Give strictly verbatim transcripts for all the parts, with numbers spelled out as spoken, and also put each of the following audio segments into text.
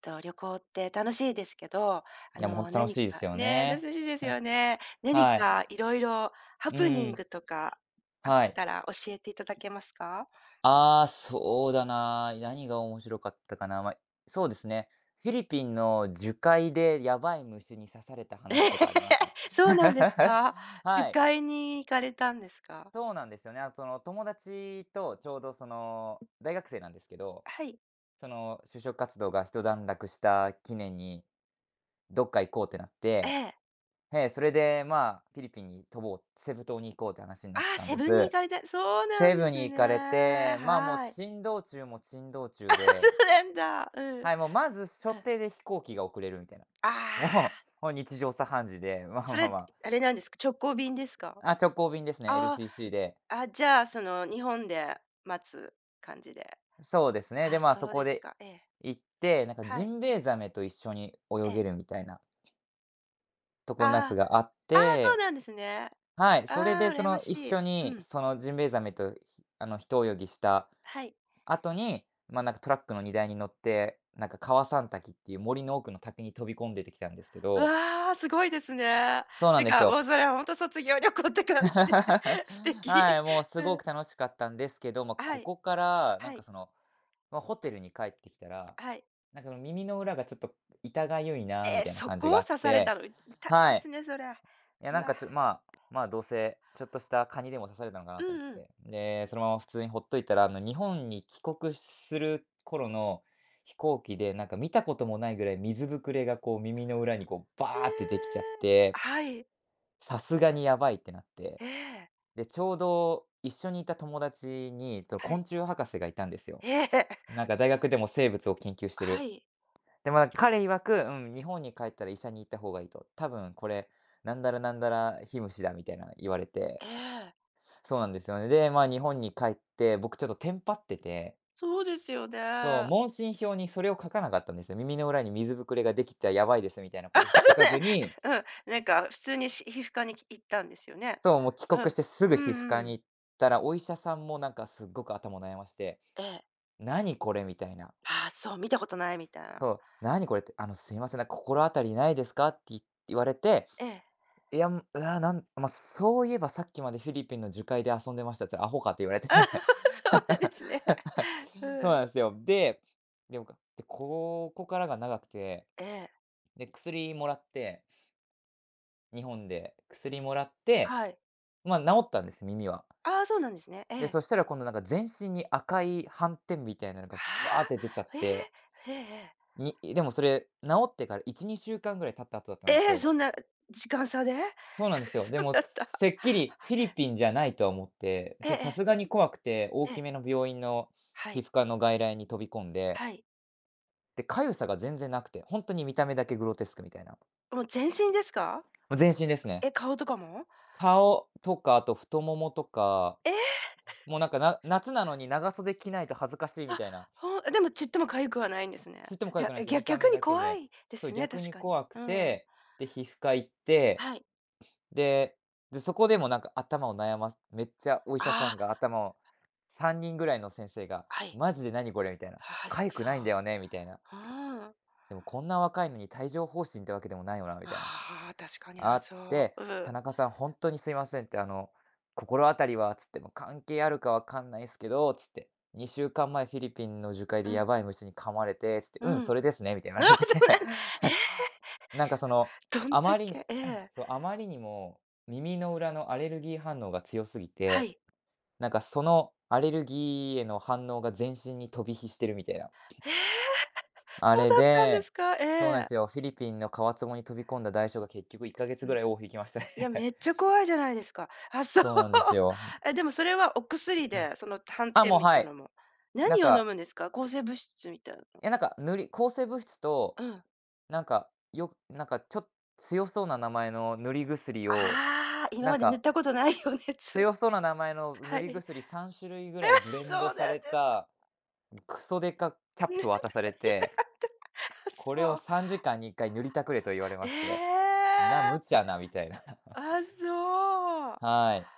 と、旅行って楽しいですけど、あいや、もうほんの、と楽何しいでかすよね、楽ね。しいです よね。何はい。かいろいろ、ハうプニンん、グとかあっはい。たら教えていただけますか？ああ、そうだな、何が面白かったかな。まあ、そうですね、フィリピンの樹海でやばい虫に刺された 話ええ、とかありますね。そうなんです か？樹はい、海に行かれたんですか？そうなんですよね。あ、その友達とちょうどその、大学生なんですけど、はい。その就職活動が一段落した記念に、どっか行こうってなっえて、え。ええ、それでまあ、フィリピンに飛ぼうセブ島に行こうって話になっああ、たんセでブに行す。かれたそうなセんでブにす行ね。かれて、まあ、もうはい。珍道中も珍道 あ、中そで、うなんだ。うん。うん。はい、もうまず所定で飛行機が遅れるみたいな。あ もあ、う、もう日常茶飯事で、まそあまれ、あまあれなんですか、直行便ですか？あ、あ、直行便ですね、あ エルシーシー で。あ、あ、じゃあ、その、日本で待つ感じで。そうですね。で、あ、まあ、そそうこですでか。ええ。行って、なんかはジい。ンベエザメと一緒に泳えげえ。るみたいなとこのやつああ、があっああ、そうて、なんですね。はい、それあであ、そ羨まのし一い。緒うにん。そのジンベエザメと、ひあの、一泳ぎしたはい。後に、ま、あなんかトラックの荷台に乗って、なんか川三滝っていう森の奥の滝に飛び込んでてきたんですけどわあ、すごいですね。そうなんてですか、もよ。うそれはほんと卒業旅行って 感じで、素はい、敵。もう すうごん。く楽しかったんですけど、まあ、はこい、こから、なんはかい、その、まあ、ホテルに帰ってきたら、はい。なんか、その、耳の裏がちょっと痛がゆいなみええ、たいなそ感じこがあをっ刺されたて、の、痛いではい。すね、それ。いや、うなんわ。かちょまあ、まあ、どうせちょっとした蚊にでも刺されたのかうなと思んっうん。て。で、そのまま普通にほっといたら、あの、日本に帰国する頃の飛行機で、なんか見たこともないぐらい水ぶくれがこう耳の裏にこうえバーってできちゃっえ。て、はい。さすがにやばいってなって。ええ。で、ちょうど一緒にいた友達に、そのは昆い。虫博士がいたんですよ。ええ。なんか大学でも生物を研究してはる。い。でも、彼曰く、うん、日本に帰ったら医者に行った方がいいと。多分これ、なんだらなんだら火虫だみたいな言われて、ええ。そうなんですよね。で、まあ、日本に帰って、僕ちょっとテンパってて、そうですよね。そう、問診票にそれを書かなかったんですよ。耳の裏に水ぶくれができた、やばいですみたいなことしか書かずに、うん、なんか普通にし皮膚科に行ったんですよね。そう、もう帰う国しん。てすぐう皮膚ん科うにん。行ったら、お医者さんもなんかすっごく頭悩まして、ええ。「何これ」みたいな。ああ、そう、見たことないみたいな。そう、「何これ」って、あの、「すいません、なんか心当たりないですか？」って言言われて、ええ。いや、うわ、なんまあ、そういえばさっきまでフィリピンの樹海で遊んでましたって、アホかって言われて。ああ そうなんですね。うそうん。なんすよ。で、でもかで、ここからが長くて、ええ、で、薬もらって、日本で薬もらって、はい。まあ、治ったんです、耳は。ああ、そうなんですね。えで、え。そしたら今度なんか全身に赤い斑点みたいなのが、はバーって出ちゃっあ、ええ、て、ええええ。にでもそれ、治ってからいち、にしゅうかんぐらい経った後だったんですええ、よ。そんな時間差で そうなんですよ。で も、だっすた。せっきりフィリピンじゃないとは思って、ちええょっとえさえ、すがに怖くて、大えきえ、めの病院のは皮い、膚科の外来に飛び込んで、はい。で、痒さが全然なくて、ほんとに見た目だけグロテスクみたいな。ももう全身ですか？う全身ですね。え、顔とかも？顔とか、あと太ももとか、ええ！もうなんか、な夏なのに長袖着ないと恥ずかしいみあ、たいな、ほんでもちっとも痒くはないんですね。ちっともい痒くや、ないですよ、ぎゃ見た逆目にだけ怖で。いでそう、すね、逆確にかに。怖くうん。て、で、皮膚科行ってはい。で、で、そこでもなんか頭を悩ますめっちゃお医者さあんあ、が頭をさんにんぐらいの先生がはい。「マジで何これ」みたいなああ、「かゆくそないんだよね」みたいなう。うん。「でもこんな若いのに帯状疱疹ってわけでもないよな」みたいな、ああ、確かに、あ、あっそて、う。う、ん「田中さん本当にすいません」って、あの「心当たりは」つって、「も関係あるかわかんないですけど」つって、「にしゅうかんまえフィリピンの樹海でうん、やばい虫に噛まれて」つって、う「うん、そん。れですね」みたい ああ、な言われそて。うなんえ、なんかその、どんあだまりけに ええ、そう、あまりにも耳の裏のアレルギー反応が強すぎはて、い。なんかそのアレルギーへの反応が全身に飛び火してるみたいな。ええ、あそうれだったんでですか？そうなんでえすえ。よ、フィリピンの川壺に飛び込んだ代償が結局いっかげつうぐん。らい尾を引きましたいや、ね。めっちゃ怖いじゃないですか。あ、そう。そうなんです よ。え、でもそれはお薬うん。で、その、斑あ、も点う、みはたいい。なのも。なん何を飲か、むんですか？抗生物質みたいな。いやなんか塗り抗生物質と、うん。なんかよなんかちょっと強そうな名前の塗り薬を、ああ、今なんまで塗っかたことないよね、つを。強そうな名前の塗はりい。薬さん種類ぐらいブレンドそうなんでされすた、クソデカキャップをね。渡されて、これをそう。さんじかんにいっかい塗りたくれと言われまえして、な、無え。茶なみたいな。あ、そ う。はい。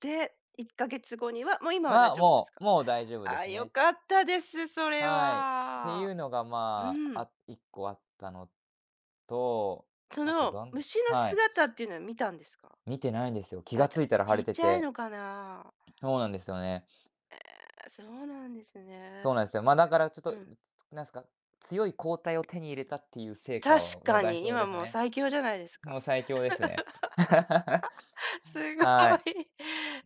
で、いっかげつごには、もう今は大は、丈夫ですもうか？もう大丈夫であ、す良ね。かったです、それはい。っていは。うのが、うまあ、ん。あいっこあったのと、そあとのどん虫のはい。姿っていうのは見たんですか？見てないんですよ。気があ、つだいたら腫ちれってちゃいて。のかな？そうなんですよね。あ、そうなんですね。そうなんですよ。ま、だからちょっうと、ん。なんですか、強い抗体を手に入れたっていう成果確をのか代に、償今ですもうね。最強じゃないですか。もう最強ですね。すごい。はい。っ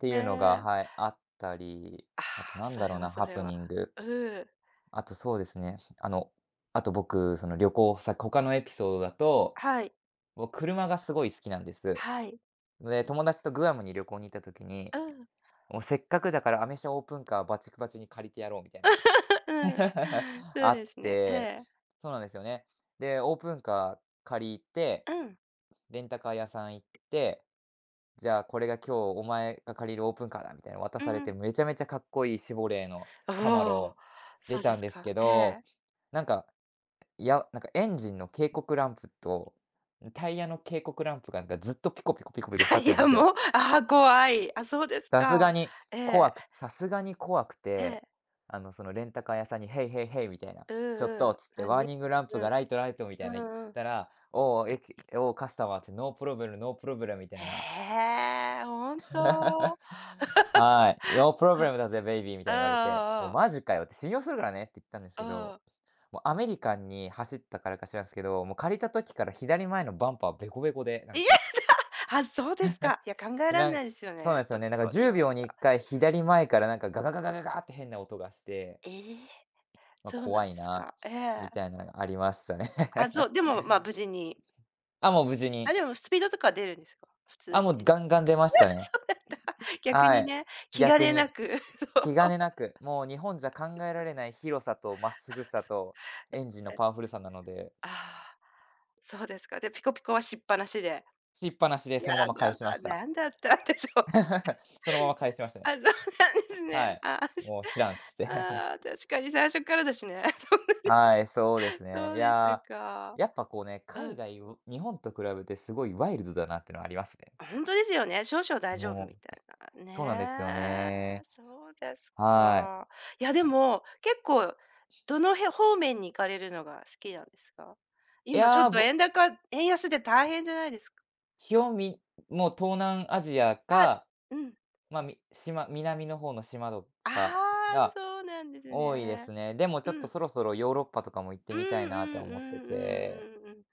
て いえうのが、え。はい、あったり、ああ、あとなんそだろれうはな、そハれプは。ニング。うん。あとそうですね、あの、あと僕、その旅行先他のエピソードだと、はい。僕車がすごい好きなんです。はい。で、友達とグアムに旅行に行った時に、うん。もうせっかくだからアメ車オープンカーバチクバチに借りてやろうみたい うん。な そあうっですね。えて、え。そうなんですよね。で、オープンカー借りて、うん。レンタカー屋さん行って、じゃあこれが今日お前が借りるオープンカーだみたいなの渡うされんうて、んめちゃめちゃかっこいいシボレーのカマおお、ロそ出うでたんすですか。けえど、え。なんか、いや、なんかエンジンの警告ランプと、タイヤの警告ランプがなんかずっとピコピコピコピコ光っ いてるんでや、すよ。もう、ああ、怖い。あ、そうですさすがか。にえ怖え、くさすがに怖くえて、え。あの、そのレンタカー屋さんに、ヘイヘイヘイみたいな、うちょっんうとん。つって、ワー何？ニングランプうがん。ライトライトみたいなう言っんうん。たら、おお、えきおお、カスタマーってノープロブレムノープロブレムみたいな。ええ、本 当？はーい、ヨープロブうん。あレムだぜベイビーみたあいに言われて、もああうああ。マジかよって信用するからねって言ったんですうけど、ん。もうアメリカンに走ったからか知らんですけど、もう借りた時から左前のバンパーベコベコで、ないんや、か、あ、そうですか。いや、考えられなんないですよそうなね、んですちよょっね、なんかと日10本じ秒に1ゃ。回左前からなんかガガガガガガって変な音がしてええ。まあ、そうな怖んいですな、か。えみえ。たいなのがありましたね。あ、そう、でも、まあ、無事に。あ、もう無事あ、に。でもスピードとか出るんですか？普通あ、もにう出る ガンガン出ましたね。そうなんだ。逆はにい。ね、気兼逆ねに、なく、そ気う。兼ねなく、もう日本じゃ考えられない広さとまっすぐさと、エンジンのパワフルさなので、ああ、そうですか。で、ピコピコはしっぱなしで。しっぱなしでいそや、のまま返だしまだした。なんだったんでしょうね。そのまま返しました ね。あ、そうなんですね。はい。ああ、すもう知らんっつって。ああ、確かに最初からだしね。そうではい、そうですね。そいうでしやたか。ー、やっぱこうね、う海ん。外を日本と比べてすごいワイルドだなってのはありますね。本当ですよね。少々大丈夫もみたう、いな。そうなんですよねえ、ね。そうですはい。か。いや、でも、結構どのへ方面に行かれるのが好きなんですか？い今ちょやっー、とぼ円高円安で大変じゃないですか？基本みもう東南アジアあ、か、うん。まあ、み島南の方の島とあかあ、がそうなんです多いでね。すね。でもちょっうとん。そろそろヨーロッパとかも行ってうんみたいなとうんう思ってんうんて、うんうん。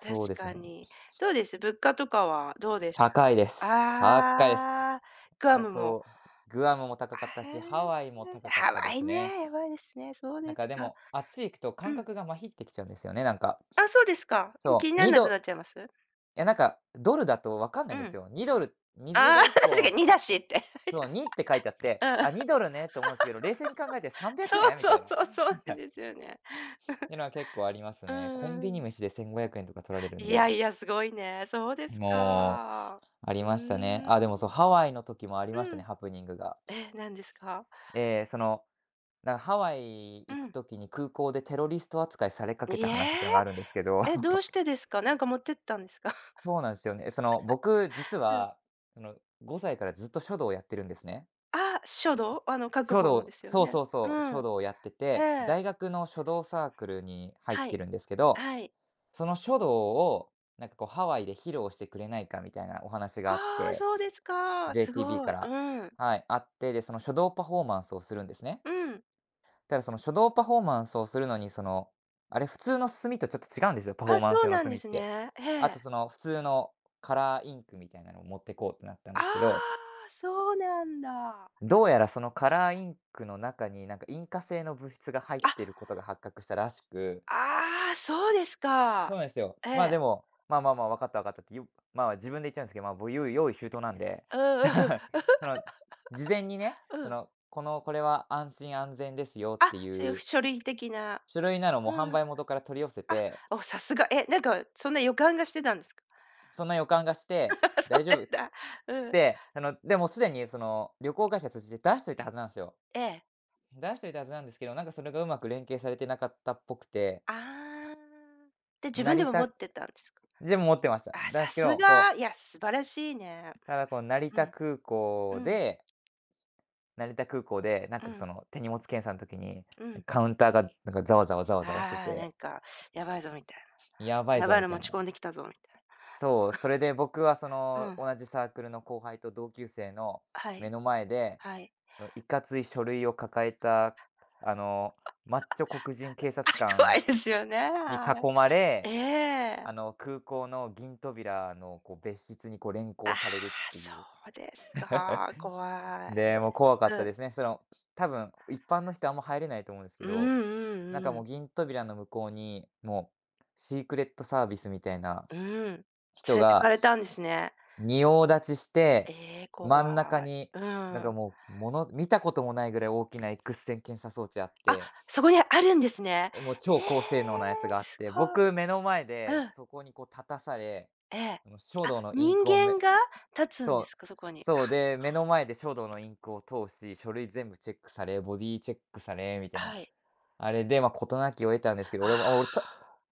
確うですかね。に。どうです？物価とかはどうでし高いでた？す。高いです。ああ、グアあ、ムもそう、グアムも高かったし、ハあワイもあ、高かっハたでワイすね。ね、やばいですね。そうなんですかでか。も、あっち行くと感うん。覚がまひってきちゃうんですよね、なんか。あ、そうですか。もうそ気にう、なん2なくドなっちゃいます？いやなんか、ドルだとわかんないうんですん。よ。にドル、水があ1あ、確かに本にだしって。そう、にって書いてあって、うん。あ、にドルねと思うんですけど、冷静に考えて300そう円みたそいうな。そう、そうはない。んっですよね。ていうのは結構ありますうね。コンビニん飯でせんごひゃくえんとか取られるんいやで、いや、すごいね。そうですもか。う、ありうましたね。ーん。あ、でもそう、ハワイの時もありましたうね、ん。ハプニングが。え、何ですか？えーその、なんかハワイう行くん。時に空港でテロリスト扱いされかけいた話っえ、ていうのがあるんですけど、え、どう してですか？なんか持ってったんですか？そうなんですよね。その、僕実うん。は、その、ごさいからずっと書道をやってるんですね。ああ、書道？あの、書く書方の道、ですよそうね。そううそう、書ん。道をやってえて、え。大学の書道サークルに入っはてい。るんですけど、はい。その書道を、なんかこうハワイで披露してくれないかみたいなお話があっああ、て、そうですか。す ジェイティービー ごかい。ら、うん。はい、あって、で、その書道パフォーマンスをするんですね。うん。ただその書道パフォーマンスをするのに、その、あれ普通の墨とちょっと違うんですよ、パフォーあ、マンスそう用のなんで墨っすて。ね。えあえ。とその普通のカラーインクみたいなのを持ってこうってなったんあですけど、あ、そうなんだ。どうやらそのカラーインクの中に、なんか引火性の物質が入っているあ、ことが発覚したらしく、ああ、そうですそうか。なんですよ。えまあ、でえ。も、まあまあまあ、分かった分かったって、よまあ、自分で言っちゃうんですけど、まあ、僕、用意用意周到なんで、うんうん。その、事前にね、うんそうん。の、このこれは安心安全ですよっあ、てそういいうう書類的な。種類なのも販うん。売元から取り寄せあ、て、お、さすが。え、なんかそんな予感がしてたんですか？そんな予感がして、そう大丈夫っつっなんだ。うん。て、あの、でもすでにその旅行会社通じて出しといたはずなんですよ。ええ。出しといたはずなんですけど、なんかそれがうまく連携されてなかったっぽくて、ああ。で、自分で成も持田ってたんですか？でも持ってました。なあ、んさですけすど、こが。いや、素晴らしいね。う、ただこう成う田ん。空う港ん。で、成田空港で、なんうかそん。の手荷物検査の時に、うん。カウンターがなんかざわざわざわざわしてああ、なて、んか、やばいぞみたいやばいな。やぞばいみのた持いな。ち込んできたぞみたいそう、それで僕はそな。のうん、同じサークルの後輩と同級生のは目い、の前で、はい。そのいかつい書類を抱えた、あの、マッチョ黒人警あ、察 怖官いですよね、には囲まい。れ、ええ。あの、空港の銀扉のこう別室にこう連あ行あ、されるってそいう。うですか、怖で、もう怖かい。ったうん。ですね。その、多分一般の人あんま入れないと思うんですけうど、んなんうかんうもん。う銀扉の向こうに、もうシークレットサービスみたいなうん。連人れてかがれたんですね。仁王立ちして、ええ、怖真ん中い。にうなんかん。もう、もの見たこともないぐらい大きな X 線検査装置あっあ、て、そこにあるんですね。もうえ超え、高性能なやつがあっすて、ごい。僕目の前うでん、そこにこう立たされ、ええ。あの書あ、道のイン人クをめ間が立つんでそう。すか？そこに。はそうで、目の前で書道のインクを通し、書類全部チェックされ、ボディチェックされみたいな。はい。あれで、ま、事なきを得たんですけど、あ俺も、あ、俺あ。た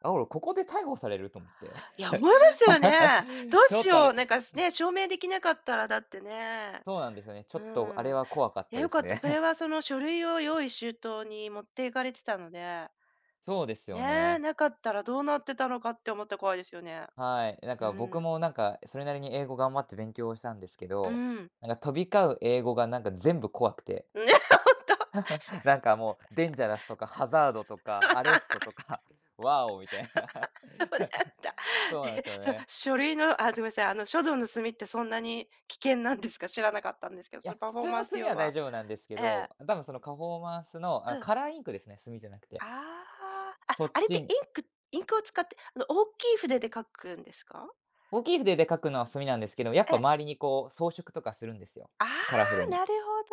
あ、俺ここで逮捕されると思って。いや、思いますよね。どうちょしっとあよう、れなんかすね、証明できなかったらだってね。そうなんですよね。ちょうっとあれん。は怖かっいや、たでよすかった。それね。はその書類を用意周到に持っていかれてたので、そうですよね、ね。なかったらどうなってたのかって思ったら怖いですよね。はい。なんうか僕ん。もなんか、それなりに英語頑張って勉強したんですけうど、ん。なんか飛び交う英語がなんか全部怖くて。ね、ほんと、なんかもう、デンジャラスとかハザードとか、アレストとか、ワーオみたいな。そうでんだった。そうなんでえ、すよそう、ね。書類のあ、すみません、あの書道の墨ってそんなに危険なんですか？知らなかったんですけど、いそや、のパ普フォー通マのンス墨用は大は。丈夫なんですけええ。ど、多分そのパフォーマンスの、あ、うん。カラーインクですね、墨じゃなくて。ああ、あ、そっあれっちてイにンクインクを使って、あの、大きい筆で書くんですか？大きい筆で書くのは墨なんですけど、やっえぱえ。周りにこう装飾とかするんですよ、あカラフルあ、に。なるほ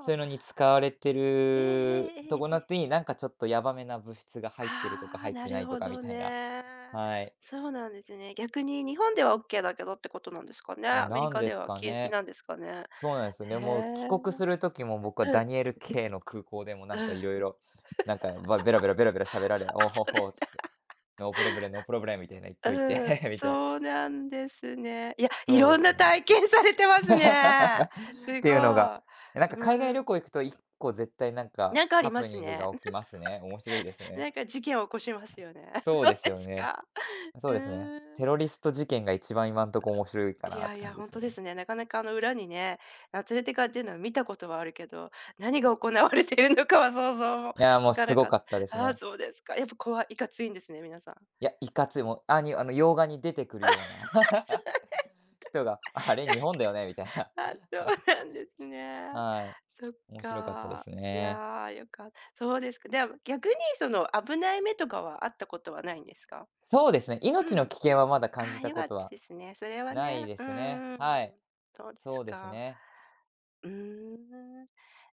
そういうのに使われてえええるええとえころええ。ってに、なんかちょっとやばめな物質が入ってるとかああ、入っなてなるいとほかみどたいな。ね。はい。そうなんですね。逆に日本ではオッケーだけどってことなんですかね。アメリなんカでですはか禁止ね。なんですかね。そうなんですよね。へもう帰え。国する時も僕はうんダニエル K の空港でもなんうかん。あ、いろいろ、なんか、ばベラベラベラベラ喋らそれ、おお、うだほっつって、ノープロブレム、ノープロブレムみたいな言っといて うん、みたいな。そうなんですね。いや、いそうでろんすなね。体験されてますね。す ごっい。ていうのが、なんか海外う旅ん。行行くと一個絶対なんかなんかありハまプすニングね？が起きますね。面白いですね。なんか事件を起こしますよね。そうそでうすでよすね。か。そううですね。ーテん。ロリスト事件が一番今んとこ面白いかいなっやてい感や、じで本す当でね。すね。なかなかあの裏にね、あ、連れてかれてるのは見たことはあるけど、何が行われているのかは想像もいやー、もつうかすなごかっかったですた。ああ、ね。そうですか。やっぱ怖いいかついんですね、皆さん。いや、いかつい、もう、あにあの、洋画に出てくるような。人が、あれ日本だよねみたいな。あ、そうなんです ね。はい。そっ面白かったでか。すいね。やー、よかったそうですか。でも逆にその危ない目とかはあったことはないんですか？そうですね、う命のん。危険はまだ感あじあ、た良こかったとはですね。それはないね。でうすね。んん。はい。そうですそうですか。ね。うーん。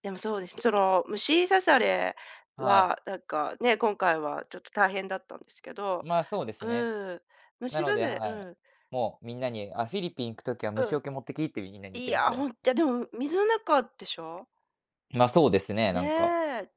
でもそうです。その、虫刺されはい。は、なんかね、今回はちょっと大変だったんですけど、まあ、そうですね。うん。な虫の刺で、されはうい。ん、もうみんなに、あ、フィリピン行くときはう虫ん。除け持ってきってみんなに言っいてますや、ね。ほんと、でも水の中でしょ？まあ、そうですね、なねんか。え。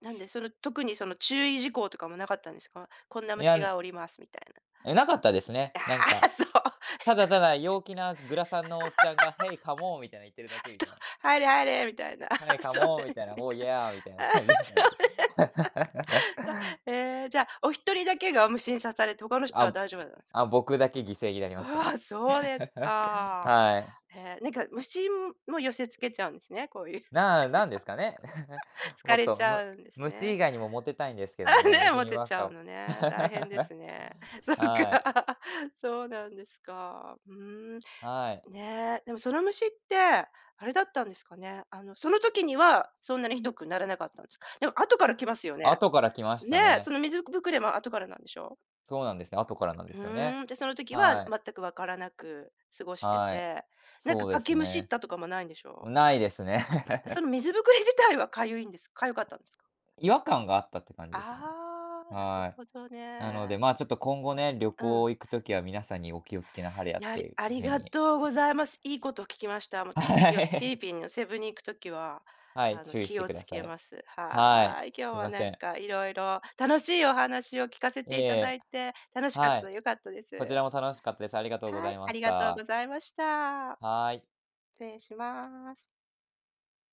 なんで、その、特にその注意事項とかもなかったんですか？こんない虫や、がおりますみたいな。なかったですね。あなんあ、か、そう。ただただ陽気なグラサンのおっちゃんが、ヘイカモンみたいな言ってるだけみたと、いな。入れ入れみたいな。ヘ イカそうなんモでンみたいすな、ね。オーイヤーみたい なああ、感じでしたそうね。だ。ええ、じゃあ、お一人だけが虫に刺されて、他の人はあ、大丈夫なんですか？あ、僕だけ犠牲になりましたね。ああ、そうですか。はい。へえ、なんか虫も寄せ付けちゃうんですね、こういう。ななんですかね。も疲っれと、ちむゃうんです虫ね。以外にもモテたいんです けあどね、ね、虫モにテばっちかゃうを のね。大変ですね。そっはい、か。そうなんですか。うーん。はい。ねえ、でもその虫って、あれだったんですかね。あの、その時にはそんなにひどくならなかったんですか？でも後から来ますよね。後から来ましねたえ、そね。の水ぶくれも後からなんでしょう？そうなんですね、後からなんでうすよね。ーん、で、その時ははい、全くわからなく過ごしてはい。て、なんそかうでかすきむしっね。たとかもないんでしょう？ないですね。その水ぶくれ自体は痒いんです痒かったんですか？違和感があったって感じですね。ああ、なるはい。ほどなのね。で、ま、ちょっと今後ね、旅うん。行行くときは皆さんにお気をつけなはれやいっや、あてりいあうり風がに、とうございます。いいことを聞きました。もうちょっとは気をフィリい。ピンのセブに行くときは、はい、あの、注意し気てをくだつさけい。ます。ははい。ーい。今日すいはまなせんん。かいろいろ楽しいお話を聞かせいえていいただえ、いて、楽しかっはい。た良かったでこちらす。も楽しかったです。ありがとうごはざい、いまありしがとうごた。ざいました。はい。失礼します。